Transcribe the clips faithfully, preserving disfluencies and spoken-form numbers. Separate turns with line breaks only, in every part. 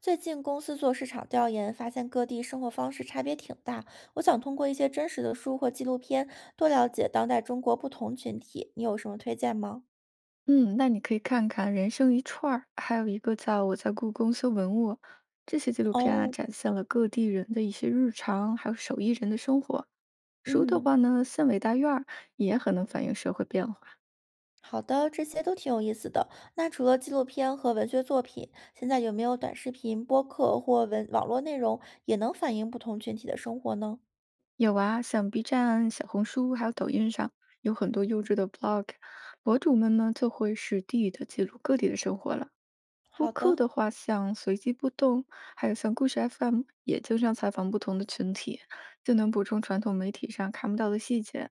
最近公司做市场调研，发现各地生活方式差别挺大。我想通过一些真实的书或纪录片，多了解当代中国不同群体。你有什么推荐吗？
嗯，那你可以看看《人生一串儿》，还有一个叫《我在故宫修文物》，这些纪录片啊，
哦，
展现了各地人的一些日常，还有手艺人的生活。书的
嗯，
话呢，《县委大院儿》也很能反映社会变化。
好的，这些都挺有意思的。那除了纪录片和文学作品，现在有没有短视频、播客或文网络内容也能反映不同群体的生活呢？
有啊，像 B 站、小红书还有抖音上，有很多优质的 blog，博主们呢就会实地的记录各地的生活了。播
好
客
的。
的话，像随机波动，还有像故事 F M，也经常采访不同的群体，就能补充传统媒体上看不到的细节。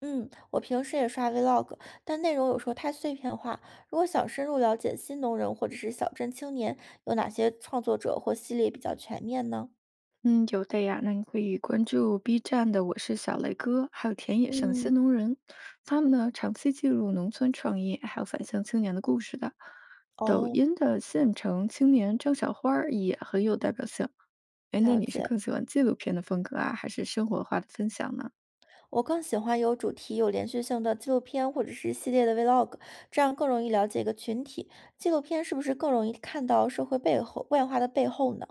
嗯，我平时也刷 vlog，但内容有时候太碎片化。如果想深入了解新农人或者是小镇青年，有哪些创作者或系列比较全面呢？
嗯，有的呀，那你可以关注 B 站的"我是小雷哥"，还有田野上的
嗯，
新农人，他们呢长期记录农村创业还有返乡青年的故事的。抖
哦，
音的县城青年张小花儿也很有代表性。哎，那
了
你是
解。
更喜欢纪录片的风格啊，还是生活化的分享呢？
我更喜欢有主题、有连续性的纪录片或者是系列的 vlog，这样更容易了解一个群体。纪录片是不是更容易看到社会背后外化的背后呢？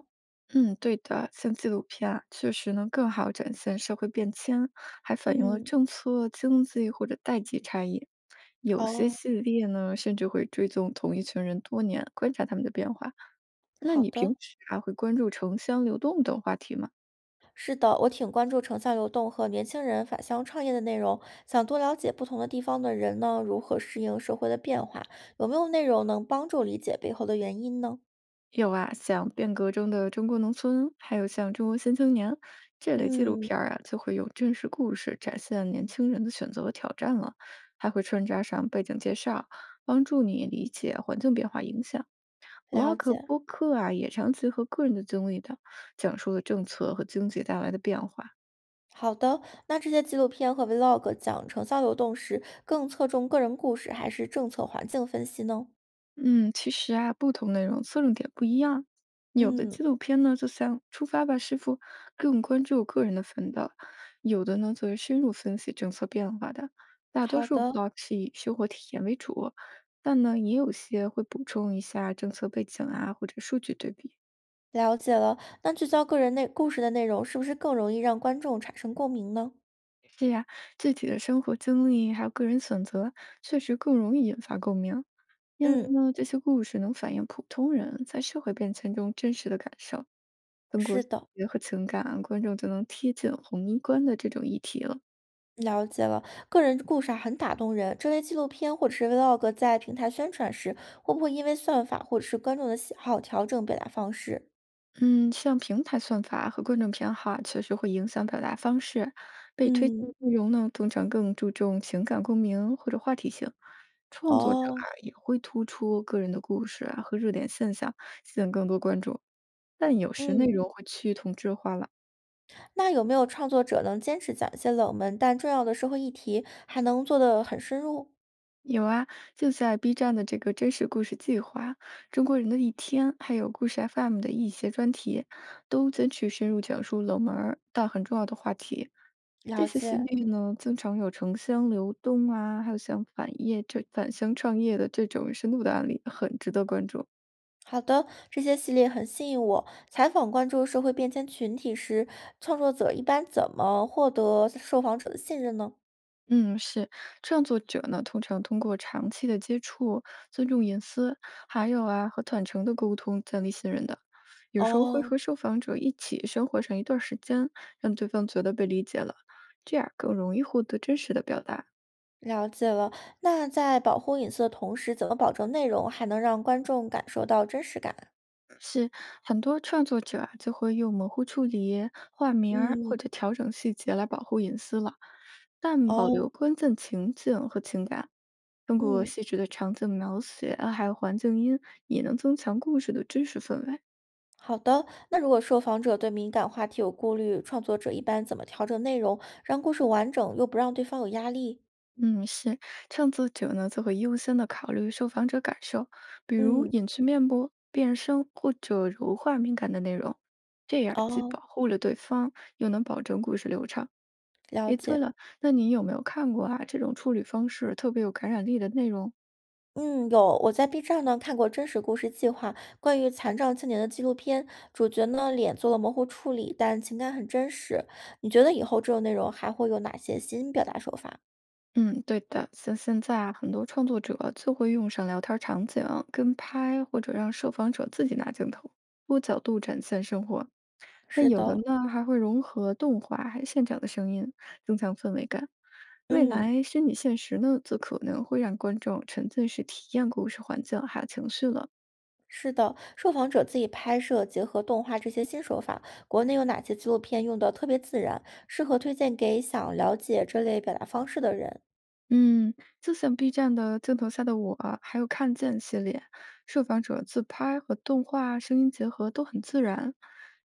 嗯，对的，像纪录片啊，确实能更好展现社会变迁，还反映了
嗯，
政策、经济或者代际差异。有些
哦，
系列呢，甚至会追踪同一群人多年，观察他们的变化。那
好
你平
的。
时还会关注城乡流动等话题吗？
是的，我挺关注城乡流动和年轻人返乡创业的内容，想多了解不同的地方的人呢，如何适应社会的变化，有没有内容能帮助理解背后的原因呢？
有啊，像变革中的中国农村，还有像中国新青年这类纪录
嗯，
片儿啊，就会有真实故事展现年轻人的选择和挑战了，还会穿插上背景介绍，帮助你理解环境变化影响。
了
Vlog
解。
播客啊，也常结合个人的经历的，讲述了政策和经济带来的变化。
好的，那这些纪录片和 vlog 讲城乡流动时，更侧重个人故事还是政策环境分析呢？
嗯，其实啊，不同内容侧重点不一样。有的纪
嗯，
录片呢，就像《出发吧，师傅》，更关注个人的奋斗；有的呢，则是深入分析政策变化的。大多
好
数
的，
vlog 是以生活体验为主，但呢，也有些会补充一下政策背景啊，或者数据对比。
了解了。那聚焦个人内故事的内容，是不是更容易让观众产生共鸣呢？
呀，具体的生活经历还有个人选择，确实更容易引发共鸣。因
嗯，
为呢，这些故事能反映普通人在社会变迁中真实的感受，通过
是
细
的。
节和情感啊，观众就能贴近宏观的这种议题了。
了解了，个人故事啊很打动人。这类纪录片或者是 vlog 在平台宣传时，会不会因为算法或者是观众的喜好调整表达方式？
嗯，像平台算法和观众偏好啊确实会影响表达方式。被推荐的
嗯，
内容呢，通常更注重情感共鸣或者话题性。创作者啊，
哦，
也会突出个人的故事啊和热点现象，吸引更多关注。但有时内
嗯，
容会趋于同质化了。
那有没有创作者能坚持讲一些冷门但重要的社会议题，还能做得很深入？
有啊，就在 B 站的这个真实故事计划、中国人的一天，还有故事 F M 的一些专题，都争取深入讲述冷门儿但很重要的话题。这
了
些系
解。
列呢，经常有城乡流动啊，还有像反业这返乡创业的这种深度的案例，很值得关注。
好的，这些系列很吸引我。采访关注社会变迁群体时，创作者一般怎么获得受访者的信任呢？
嗯，是。创作者呢，通常通过长期的接触、尊重隐私，还有啊和坦诚的沟通建立信任的。有时候会
哦，
和受访者一起生活上一段时间，让对方觉得被理解了，这样更容易获得真实的表达。
了解了，那在保护隐私的同时，怎么保证内容还能让观众感受到真实感啊。
是很多创作者啊，就会用模糊处理、换名儿
嗯，
或者调整细节来保护隐私了，但保
哦，
留关键情境和情感。通过
嗯，
细致的场景描写，还有环境音，也能增强故事的真实氛围。
好的。那如果受访者对敏感话题有顾虑，创作者一般怎么调整内容，让故事完整又不让对方有压力？
嗯，是创作者呢，就会优先的考虑受访者感受，比如
嗯，
隐去面部、变声或者柔化敏感的内容，这样既
哦，
保护了对方，又能保证故事流畅。
了
诶，对
解。
了，那你有没有看过啊？这种处理方式特别有感染力的内容？
嗯，有，我在 B 站呢看过真实故事计划关于残障青年的纪录片，主角呢脸做了模糊处理，但情感很真实。你觉得以后这种内容还会有哪些新表达手法？
嗯，对的，像现在啊，很多创作者就会用上聊天场景跟拍，或者让受访者自己拿镜头，多角度展现生活。那
是
有的
的，
呢，还会融合动画还有现场的声音，增强氛围感。未
嗯，
来虚拟现实呢，则可能会让观众沉浸式体验故事环境还有情绪了。
是的，受访者自己拍摄，结合动画这些新手法，国内有哪些纪录片用的特别自然，适合推荐给想了解这类表达方式的人？
嗯，就像 B 站的《镜头下的我》，还有《看见》系列，受访者自拍和动画声音结合都很自然。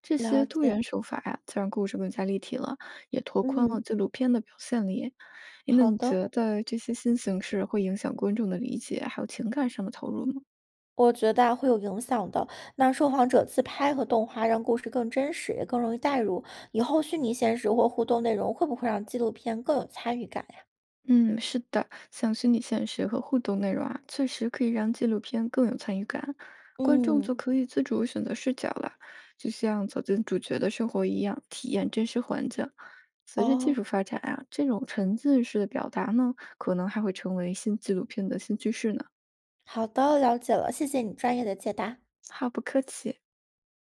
这
了
些多
解，
元手法呀、就让故事更加立体了，也拓宽了
嗯，
纪录片的表现力。诶那
好
你
的，
觉得这些新形式会影响观众的理解，还有情感上的投入吗？
我觉得啊会有影响的。那受访者自拍和动画让故事更真实，也更容易带入。以后虚拟现实或互动内容会不会让纪录片更有参与感呀？
嗯，是的，像虚拟现实和互动内容啊，确实可以让纪录片更有参与感，观众
嗯，
就可以自主选择视角了，就像走进主角的生活一样，体验真实环境。随着技
哦，
术发展啊，这种沉浸式的表达呢，可能还会成为新纪录片的新趋势呢。
好的，了解了，谢谢你专业的解答。
好，不客气。